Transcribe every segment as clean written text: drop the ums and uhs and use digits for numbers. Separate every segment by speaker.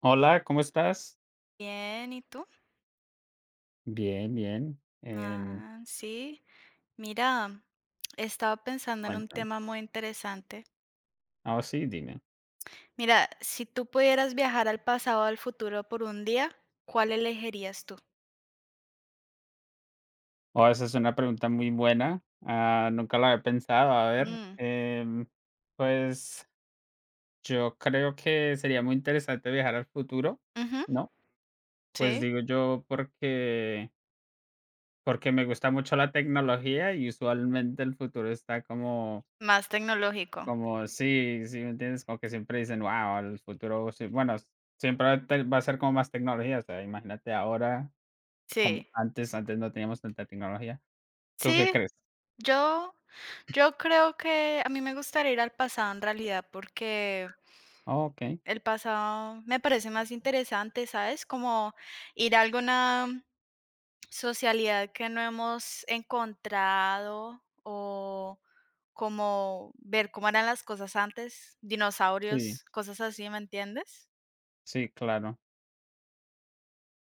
Speaker 1: Hola, ¿cómo estás?
Speaker 2: Bien, ¿y tú?
Speaker 1: Bien, bien.
Speaker 2: Ah, sí. Mira, estaba pensando en un
Speaker 1: Cuéntame.
Speaker 2: tema muy interesante.
Speaker 1: Sí, dime.
Speaker 2: Mira, si tú pudieras viajar al pasado o al futuro por un día, ¿cuál elegirías tú?
Speaker 1: Oh, esa es una pregunta muy buena. Nunca la había pensado. A ver,
Speaker 2: Mm,
Speaker 1: pues yo creo que sería muy interesante viajar al futuro,
Speaker 2: ujú,
Speaker 1: ¿no? Pues
Speaker 2: sí,
Speaker 1: digo yo porque me gusta mucho la tecnología y usualmente el futuro está como,
Speaker 2: más tecnológico.
Speaker 1: como, sí, sí, ¿me entiendes? Como que siempre dicen, wow, el futuro, sí, bueno, siempre va a va a ser como más tecnología. O sea, imagínate ahora como
Speaker 2: Sí,
Speaker 1: antes no teníamos tanta tecnología. ¿Tú qué
Speaker 2: sí,
Speaker 1: crees?
Speaker 2: yo, yo creo que a mí me gustaría ir al pasado en realidad porque
Speaker 1: Okey.
Speaker 2: el pasado me parece más interesante, ¿sabes? Como ir a alguna socialidad que no hemos encontrado o como ver cómo eran las cosas antes,
Speaker 1: Sí,
Speaker 2: dinosaurios, cosas así, ¿me entiendes?
Speaker 1: sí, claro.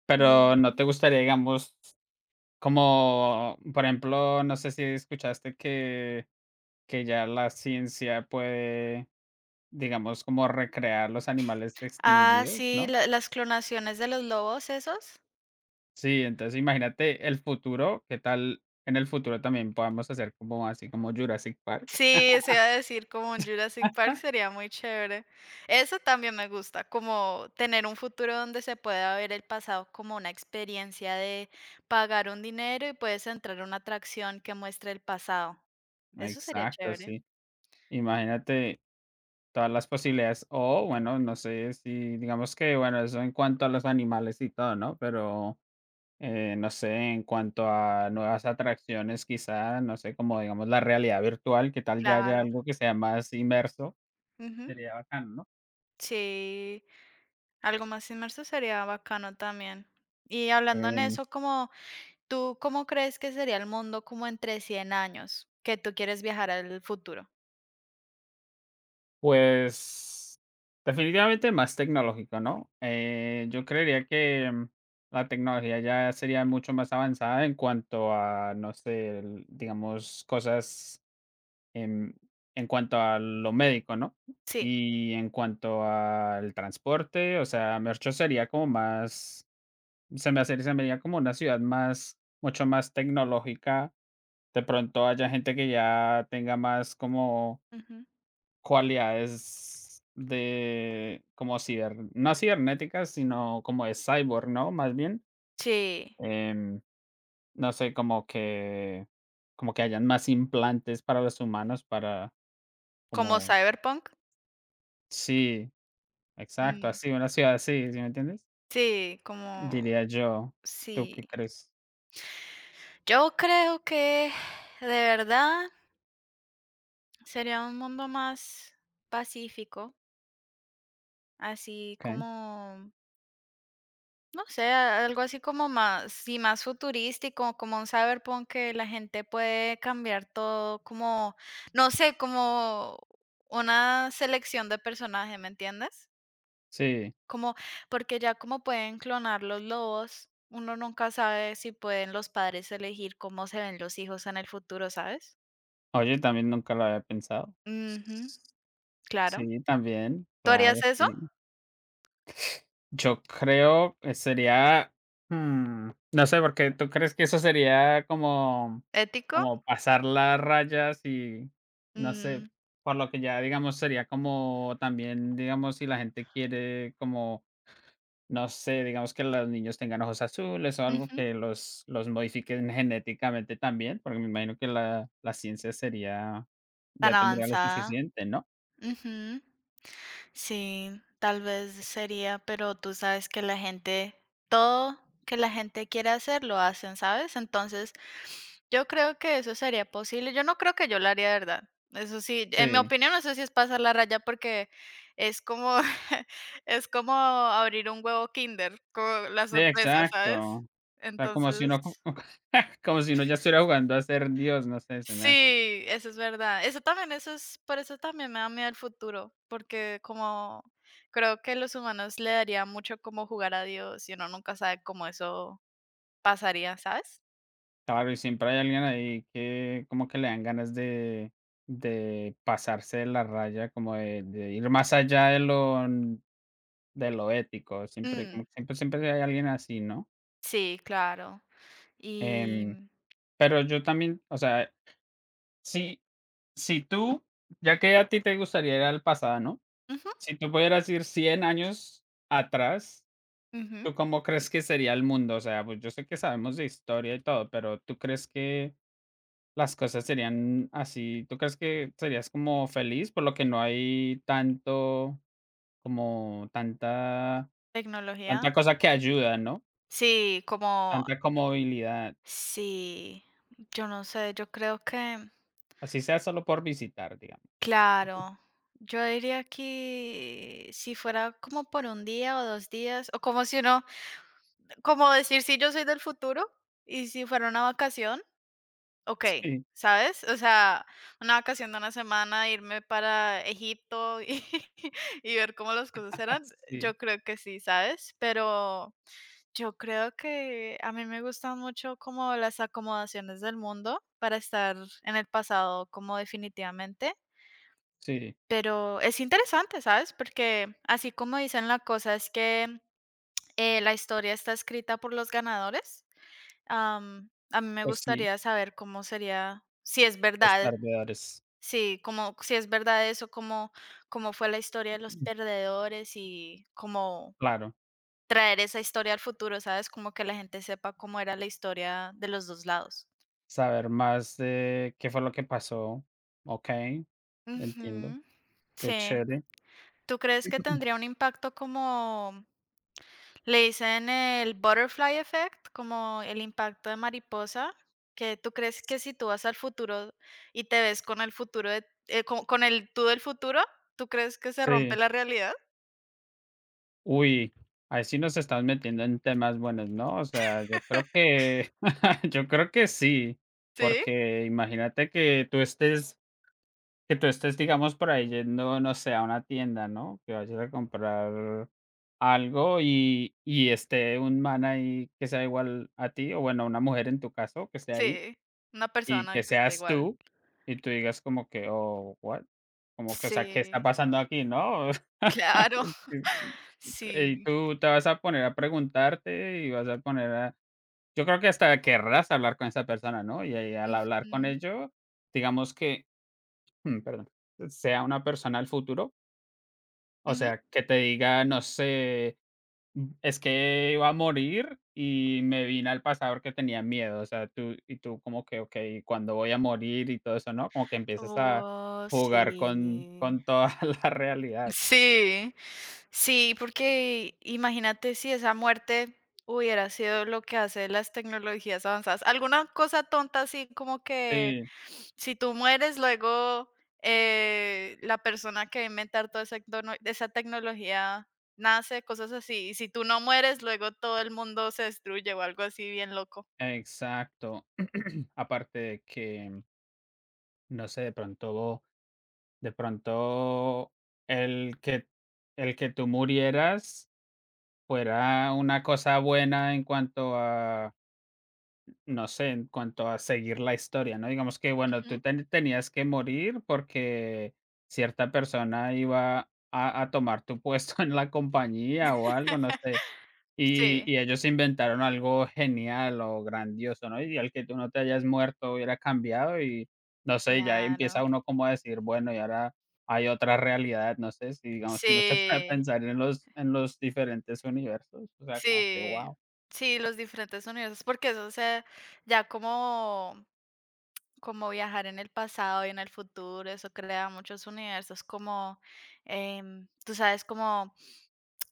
Speaker 1: Pero,
Speaker 2: Y.
Speaker 1: ¿no te gustaría, digamos, como, por ejemplo, no sé si escuchaste que ya la ciencia puede, digamos, como recrear los animales
Speaker 2: Ah,
Speaker 1: extinguidos,
Speaker 2: sí,
Speaker 1: ¿no?
Speaker 2: la las clonaciones de los lobos, ¿esos?
Speaker 1: Sí, entonces imagínate el futuro, ¿qué tal en el futuro también podamos hacer como así como Jurassic Park?
Speaker 2: Sí, eso iba a decir, como un Jurassic Park sería muy chévere. Eso también me gusta, como tener un futuro donde se pueda ver el pasado como una experiencia de pagar un dinero y puedes entrar a una atracción que muestre el pasado. Eso sería
Speaker 1: Exacto,
Speaker 2: chévere.
Speaker 1: sí. Imagínate todas las posibilidades, o bueno, no sé si digamos que, bueno, eso en cuanto a los animales y todo, ¿no? Pero, no sé, en cuanto a nuevas atracciones, quizá, no sé, como digamos la realidad virtual, que tal ya haya
Speaker 2: Claro.
Speaker 1: algo que sea más inmerso,
Speaker 2: Ujú.
Speaker 1: sería bacano, ¿no?
Speaker 2: Sí, algo más inmerso sería bacano también. Y hablando en
Speaker 1: Em,
Speaker 2: eso, como tú, ¿cómo crees que sería el mundo como entre 100 años? Que tú quieres viajar al futuro.
Speaker 1: pues definitivamente más tecnológico, ¿no? Yo creería que la tecnología ya sería mucho más avanzada en cuanto a, no sé, digamos, cosas Em, en cuanto a lo médico, ¿no?
Speaker 2: Sí.
Speaker 1: Y en cuanto al transporte, o sea, Merchos sería como más, se me hace, se me haría como una ciudad más, mucho más tecnológica. De pronto haya gente que ya tenga más como
Speaker 2: Ujú.
Speaker 1: cualidades de, como ciber, no cibernéticas, sino como de cyborg, ¿no? Más bien,
Speaker 2: Sí,
Speaker 1: em, no sé, como que hayan más implantes para los humanos, para,
Speaker 2: ¿como
Speaker 1: como,
Speaker 2: Cyberpunk?
Speaker 1: sí. Exacto,
Speaker 2: Mm,
Speaker 1: así, una ciudad así, ¿sí me entiendes?
Speaker 2: sí, como
Speaker 1: Diría yo, ¿tú
Speaker 2: sí.
Speaker 1: qué crees?
Speaker 2: Yo creo que de verdad sería un mundo más pacífico, así
Speaker 1: Okey,
Speaker 2: como no sé, algo así como más, sí, más futurístico, como un cyberpunk que la gente puede cambiar todo, como, no sé, como una selección de personajes, ¿me entiendes?
Speaker 1: sí.
Speaker 2: Como, porque ya como pueden clonar los lobos, uno nunca sabe si pueden los padres elegir cómo se ven los hijos en el futuro, ¿sabes?
Speaker 1: Oye, también nunca lo había pensado.
Speaker 2: Ujú, claro.
Speaker 1: Sí, también,
Speaker 2: ¿Tú
Speaker 1: claro,
Speaker 2: harías eso?
Speaker 1: sí. Yo creo que sería, no sé, porque tú crees que eso sería como
Speaker 2: ¿Ético?
Speaker 1: como pasar las rayas y, no sé,
Speaker 2: Mm,
Speaker 1: por lo que ya, digamos, sería como también, digamos, si la gente quiere como no sé, digamos que los niños tengan ojos azules o algo
Speaker 2: ujú,
Speaker 1: que los modifiquen genéticamente también, porque me imagino que la ciencia sería,
Speaker 2: tan
Speaker 1: ya tendría lo
Speaker 2: avanzada.
Speaker 1: suficiente, ¿no?
Speaker 2: Ujú. Sí, tal vez sería, pero tú sabes que la gente, todo que la gente quiere hacer, lo hacen, ¿sabes? Entonces, yo creo que eso sería posible. Yo no creo que yo lo haría de verdad. Eso sí, en mi
Speaker 1: Sí,
Speaker 2: opinión, eso sí es pasar la raya porque es como, es como abrir un huevo Kinder, como la
Speaker 1: sí,
Speaker 2: sorpresa,
Speaker 1: exacto.
Speaker 2: ¿sabes?
Speaker 1: O sea, como si uno,
Speaker 2: Entonces
Speaker 1: como si uno ya estuviera jugando a ser Dios, no sé, se me hace.
Speaker 2: sí, eso es verdad. Eso también, eso es, por eso también me da miedo el futuro, porque como creo que los humanos le daría mucho como jugar a Dios y uno nunca sabe cómo eso pasaría, ¿sabes?
Speaker 1: Claro, y siempre hay alguien ahí que como que le dan ganas de pasarse de la raya, como de ir más allá de lo ético. Siempre,
Speaker 2: Mm,
Speaker 1: como que siempre, siempre hay alguien así, ¿no?
Speaker 2: sí, claro. Y
Speaker 1: Em, Pero yo también, o sea, si si tú, ya que a ti te gustaría ir al pasado, ¿no?
Speaker 2: ujú,
Speaker 1: Si tú pudieras ir 100 años atrás,
Speaker 2: ujú,
Speaker 1: ¿tú cómo crees que sería el mundo? O sea, pues yo sé que sabemos de historia y todo, pero ¿tú crees que las cosas serían así? ¿Tú crees que serías como feliz por lo que no hay tanto, como tanta
Speaker 2: tecnología.
Speaker 1: tanta cosa que ayuda, ¿no?
Speaker 2: Sí, como
Speaker 1: Tanta comodidad,
Speaker 2: sí, yo no sé, yo creo que
Speaker 1: así sea solo por visitar, digamos.
Speaker 2: claro. Yo diría que si fuera como por un día o 2 días, o como si uno como decir si yo soy del futuro y si fuera una vacación, okey,
Speaker 1: Sí,
Speaker 2: ¿sabes? O sea, una vacación de una semana, irme para Egipto y y ver cómo las cosas eran,
Speaker 1: sí,
Speaker 2: yo creo que sí, ¿sabes? Pero yo creo que a mí me gustan mucho como las acomodaciones del mundo para estar en el pasado como definitivamente,
Speaker 1: sí,
Speaker 2: pero es interesante, ¿sabes? Porque así como dicen la cosa es que, la historia está escrita por los ganadores. A mí me
Speaker 1: pues sí.
Speaker 2: gustaría saber cómo sería, si es
Speaker 1: Los
Speaker 2: verdad,
Speaker 1: perdedores.
Speaker 2: sí, como si es verdad eso, cómo, cómo fue la historia de los perdedores y cómo
Speaker 1: Claro,
Speaker 2: traer esa historia al futuro, ¿sabes? Como que la gente sepa cómo era la historia de los dos lados.
Speaker 1: saber más de qué fue lo que pasó. Okey, entiendo.
Speaker 2: Ujú,
Speaker 1: Qué
Speaker 2: sí.
Speaker 1: chévere.
Speaker 2: ¿Tú crees que tendría un impacto como le dicen el butterfly effect, como el impacto de mariposa, que tú crees que si tú vas al futuro y te ves con el futuro de co con el tú del futuro, ¿tú crees que se rompe
Speaker 1: Sí.
Speaker 2: la realidad?
Speaker 1: Uy, ahí sí nos estás metiendo en temas buenos, ¿no? O sea, yo creo que yo creo que sí,
Speaker 2: Sí,
Speaker 1: porque imagínate que tú estés, digamos, por ahí yendo, no sé, a una tienda, ¿no? Que vayas a comprar algo y esté un man ahí que sea igual a ti, o bueno, una mujer en tu caso, que esté ahí.
Speaker 2: sí, una
Speaker 1: Y
Speaker 2: persona
Speaker 1: que
Speaker 2: que esté
Speaker 1: seas
Speaker 2: igual.
Speaker 1: tú, y tú digas como que: "Oh, what", como que, o sea, ¿qué está
Speaker 2: Sí,
Speaker 1: pasando aquí, no?
Speaker 2: claro.
Speaker 1: Y
Speaker 2: Sí.
Speaker 1: tú te vas a poner a preguntarte y vas a poner a yo creo que hasta querrás hablar con esa persona, ¿no? Y ahí al hablar con
Speaker 2: Ujú,
Speaker 1: ello, digamos que, perdón, sea una persona del futuro, o
Speaker 2: ujú.
Speaker 1: sea, que te diga, no sé mm, es que iba a morir y me vine al pasado porque tenía miedo, o sea, tú como que, okey, cuando voy a morir? Y todo eso, ¿no? Como que empiezas a
Speaker 2: Oh,
Speaker 1: jugar
Speaker 2: sí.
Speaker 1: con toda la realidad.
Speaker 2: Sí. Sí, porque imagínate si esa muerte hubiera sido lo que hace las tecnologías avanzadas. Alguna cosa tonta así como que
Speaker 1: Sí,
Speaker 2: si tú mueres, luego la persona que va a inventar toda esa tecnología nace, cosas así. Y si tú no mueres, luego todo el mundo se destruye o algo así bien loco.
Speaker 1: exacto. Aparte de que, no sé, de pronto el que el que tú murieras fuera una cosa buena en cuanto a no sé, en cuanto a seguir la historia, ¿no? Digamos que, bueno,
Speaker 2: Ujú.
Speaker 1: tú tenías que morir porque cierta persona iba a tomar tu puesto en la compañía o algo, no sé.
Speaker 2: Sí,
Speaker 1: Y ellos inventaron algo genial o grandioso, ¿no? Y al que tú no te hayas muerto hubiera cambiado y, no sé, ya empieza
Speaker 2: claro.
Speaker 1: uno como a decir, bueno, y ahora hay otra realidad, no sé, si digamos, si uno se puede
Speaker 2: Sí,
Speaker 1: pensar en los diferentes universos, o sea, como que,
Speaker 2: sí,
Speaker 1: wow,
Speaker 2: sí, los diferentes universos, porque eso, o sea, ya como como viajar en el pasado y en el futuro, eso crea muchos universos como, tú sabes, como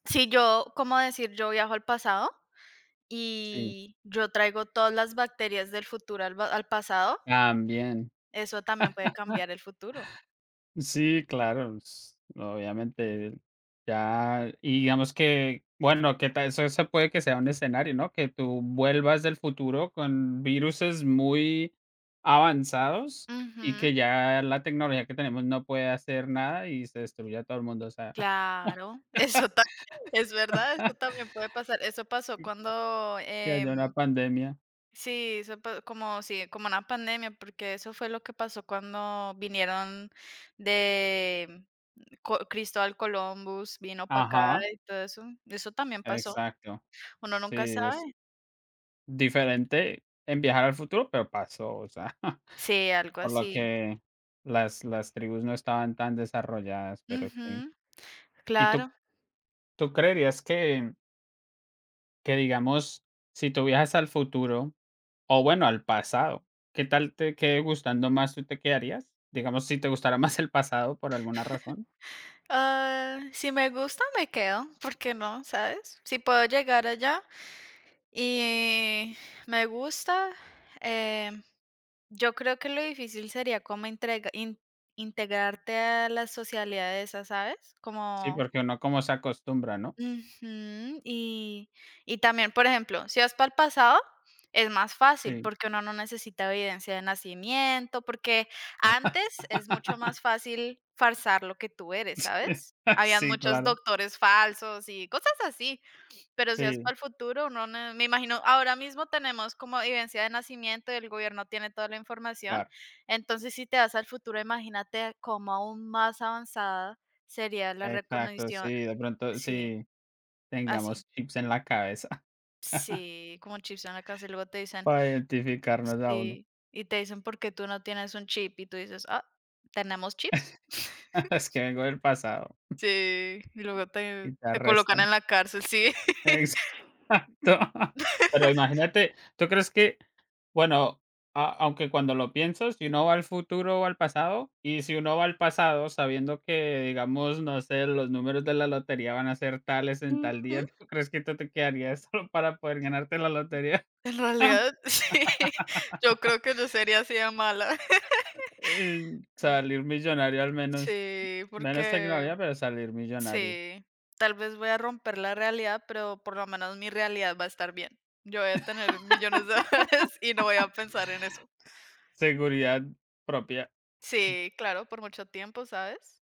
Speaker 2: si yo, como decir, yo viajo al pasado
Speaker 1: sí,
Speaker 2: y yo traigo todas las bacterias del futuro al pasado,
Speaker 1: también.
Speaker 2: eso también puede cambiar el futuro.
Speaker 1: Sí, claro, s obviamente, ya y digamos que, bueno, que ta eso se puede que sea un escenario, ¿no? Que tú vuelvas del futuro con viruses muy avanzados y
Speaker 2: Ujú,
Speaker 1: que ya la tecnología que tenemos no puede hacer nada y se destruya todo el mundo, o sea,
Speaker 2: claro, eso es verdad, eso también puede pasar. Eso pasó cuando
Speaker 1: que haya una pandemia.
Speaker 2: sí, eso pa como sí, como una pandemia, porque eso fue lo que pasó cuando vinieron de mm, Co Cristóbal Columbus, vino para acá
Speaker 1: Ajá,
Speaker 2: y todo eso. Eso también pasó.
Speaker 1: exacto.
Speaker 2: Uno
Speaker 1: Sí,
Speaker 2: nunca
Speaker 1: es
Speaker 2: sabe.
Speaker 1: diferente en viajar al futuro, pero pasó, o sea,
Speaker 2: Sí, algo
Speaker 1: por lo
Speaker 2: así.
Speaker 1: que las tribus no estaban tan desarrolladas, pero sí.
Speaker 2: Ujú,
Speaker 1: ¿Y tú
Speaker 2: claro.
Speaker 1: tú creerías que, digamos, si tú viajas al futuro, o bueno, al pasado, qué tal te quede gustando más, tú te quedarías? Digamos, si te gustara más el pasado por alguna razón.
Speaker 2: Ah, si me gusta, me quedo, ¿por qué no? ¿Sabes? Si puedo llegar allá, y me gusta, em, yo creo que lo difícil sería como entrega in integrarte a la socialidad de esa, ¿sabes?
Speaker 1: Sí,
Speaker 2: Como
Speaker 1: porque uno como se acostumbra, ¿no?
Speaker 2: ujú, y también, por ejemplo, si vas para el pasado, es más fácil,
Speaker 1: Sí.
Speaker 2: porque uno no necesita evidencia de nacimiento, porque antes es mucho más fácil falsar lo que tú eres, ¿sabes? Habían
Speaker 1: Sí,
Speaker 2: muchos
Speaker 1: claro.
Speaker 2: doctores falsos y cosas así. Pero si es
Speaker 1: Sí,
Speaker 2: para el futuro, uno no me imagino, ahora mismo tenemos como evidencia de nacimiento, y el gobierno tiene toda la información,
Speaker 1: claro.
Speaker 2: entonces, si te vas al futuro, imagínate cómo aún más avanzada sería la
Speaker 1: Exacto,
Speaker 2: recognición
Speaker 1: sí, de pronto
Speaker 2: sí,
Speaker 1: sí,
Speaker 2: así,
Speaker 1: tengamos chips en la cabeza
Speaker 2: sí, como chips en la casa, y luego te dicen
Speaker 1: para identificarnos a uno.
Speaker 2: sí, y te dicen: "porque tú no tienes un chip?", y tú dices: "Ah, ¿tenemos chips?".
Speaker 1: Es que vengo del pasado
Speaker 2: Sí, y luego te
Speaker 1: y te
Speaker 2: te colocan
Speaker 1: arrestan.
Speaker 2: en la cárcel, sí.
Speaker 1: Exacto. Pero imagínate, ¿tú crees que? Bueno, a aunque cuando lo piensas, si uno va al futuro o al pasado, y si uno va al pasado sabiendo que, digamos, no sé, los números de la lotería van a ser tales en tal
Speaker 2: Ujú.
Speaker 1: día, ¿tú crees que tú te quedarías solo para poder ganarte la lotería?
Speaker 2: En realidad, sí, yo creo que yo sería así de mala.
Speaker 1: Y salir millonario al menos.
Speaker 2: Sí,
Speaker 1: Menos
Speaker 2: porque
Speaker 1: tecnología, pero salir millonario.
Speaker 2: sí, tal vez voy a romper la realidad, pero por lo menos mi realidad va a estar bien. Yo voy a tener millones de dólares y no voy a pensar en eso.
Speaker 1: Seguridad propia.
Speaker 2: Sí, claro, por mucho tiempo, ¿sabes?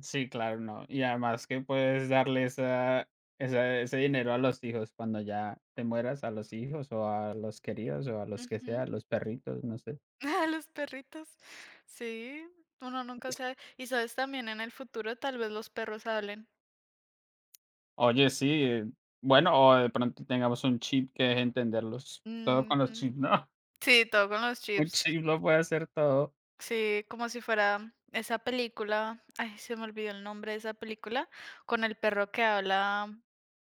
Speaker 1: Sí, claro, no. Y además que puedes darle esa, ese dinero a los hijos cuando ya te mueras, a los hijos o a los queridos o a los que
Speaker 2: Ujú.
Speaker 1: sea, los perritos, no sé.
Speaker 2: Los perritos. Sí, uno nunca sabe. Y sabes, también en el futuro tal vez los perros hablen.
Speaker 1: Oye, sí, bueno, o de pronto tengamos un chip que deje entenderlos. Todo con los
Speaker 2: Ujú.
Speaker 1: chips, ¿no?
Speaker 2: Sí, todo con los
Speaker 1: Un
Speaker 2: chips.
Speaker 1: chip lo puede hacer todo.
Speaker 2: Sí, como si fuera esa película, ay, se me olvidó el nombre de esa película, con el perro que habla,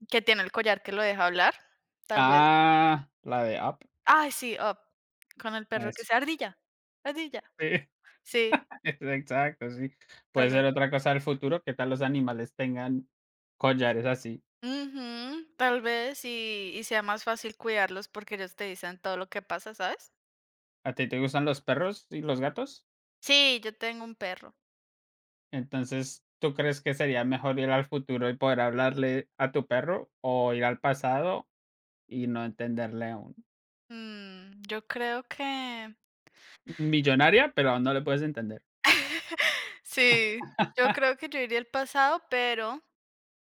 Speaker 2: que tiene el collar que lo deja hablar, tal vez.
Speaker 1: Ah, la de app,
Speaker 2: Ay, sí, Up, con el perro que
Speaker 1: eso.
Speaker 2: se ardilla, ardilla.
Speaker 1: Sí,
Speaker 2: Sí,
Speaker 1: es exacto, sí.
Speaker 2: tal
Speaker 1: Puede
Speaker 2: vez.
Speaker 1: ser otra cosa del futuro. ¿Qué tal los animales tengan collares así?
Speaker 2: Ujú, tal vez y sea más fácil cuidarlos porque ellos te dicen todo lo que pasa, ¿sabes?
Speaker 1: ¿A ti te gustan los perros y los gatos?
Speaker 2: Sí, yo tengo un perro.
Speaker 1: Entonces, ¿tú crees que sería mejor ir al futuro y poder hablarle a tu perro o ir al pasado y no entenderle aún?
Speaker 2: Mm, yo creo que...
Speaker 1: Millonaria, pero aún no le puedes entender.
Speaker 2: Sí, yo creo que yo iría al pasado, pero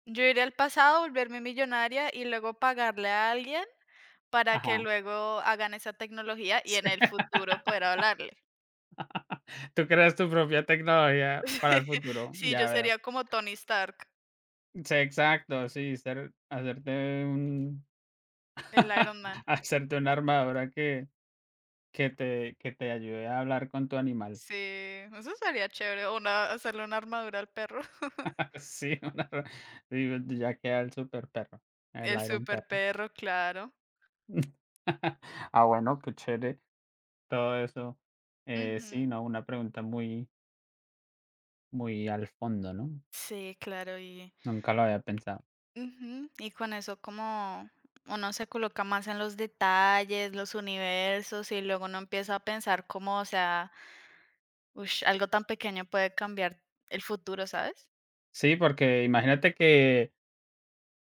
Speaker 2: yo iría al pasado, volverme millonaria y luego pagarle a alguien para que
Speaker 1: Ajá.
Speaker 2: luego hagan esa tecnología y en
Speaker 1: Sí.
Speaker 2: el futuro poder hablarle.
Speaker 1: Tú creas tu propia tecnología para el futuro,
Speaker 2: Sí, yo
Speaker 1: ya veo.
Speaker 2: sería como Tony Stark,
Speaker 1: Sí, exacto, sí, ser hacerte un
Speaker 2: el Iron Man.
Speaker 1: hacerte una armadura que te ayude a hablar con tu animal.
Speaker 2: Sí, eso sería chévere, o una hacerle una armadura al perro.
Speaker 1: Sí, una sí, ya queda el super perro, el
Speaker 2: El
Speaker 1: Iron
Speaker 2: super
Speaker 1: Perro.
Speaker 2: perro, claro.
Speaker 1: Ah, bueno, qué chévere todo eso.
Speaker 2: Ujú.
Speaker 1: Sí, no, una pregunta muy, muy al fondo, ¿no?
Speaker 2: Sí, claro, y
Speaker 1: Nunca lo había pensado.
Speaker 2: ujú, y con eso como uno se coloca más en los detalles, los universos, y luego uno empieza a pensar como, o sea, ush, algo tan pequeño puede cambiar el futuro, ¿sabes?
Speaker 1: Sí, porque imagínate que,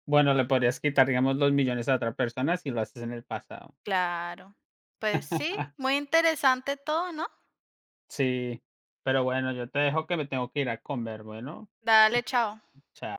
Speaker 1: bueno, le podrías quitar, digamos, los millones a otra persona si lo haces en el pasado.
Speaker 2: Claro. Pues sí, muy interesante todo, ¿no?
Speaker 1: Sí, pero bueno, yo te dejo que me tengo que ir a comer, bueno,
Speaker 2: Dale, chao.
Speaker 1: chao.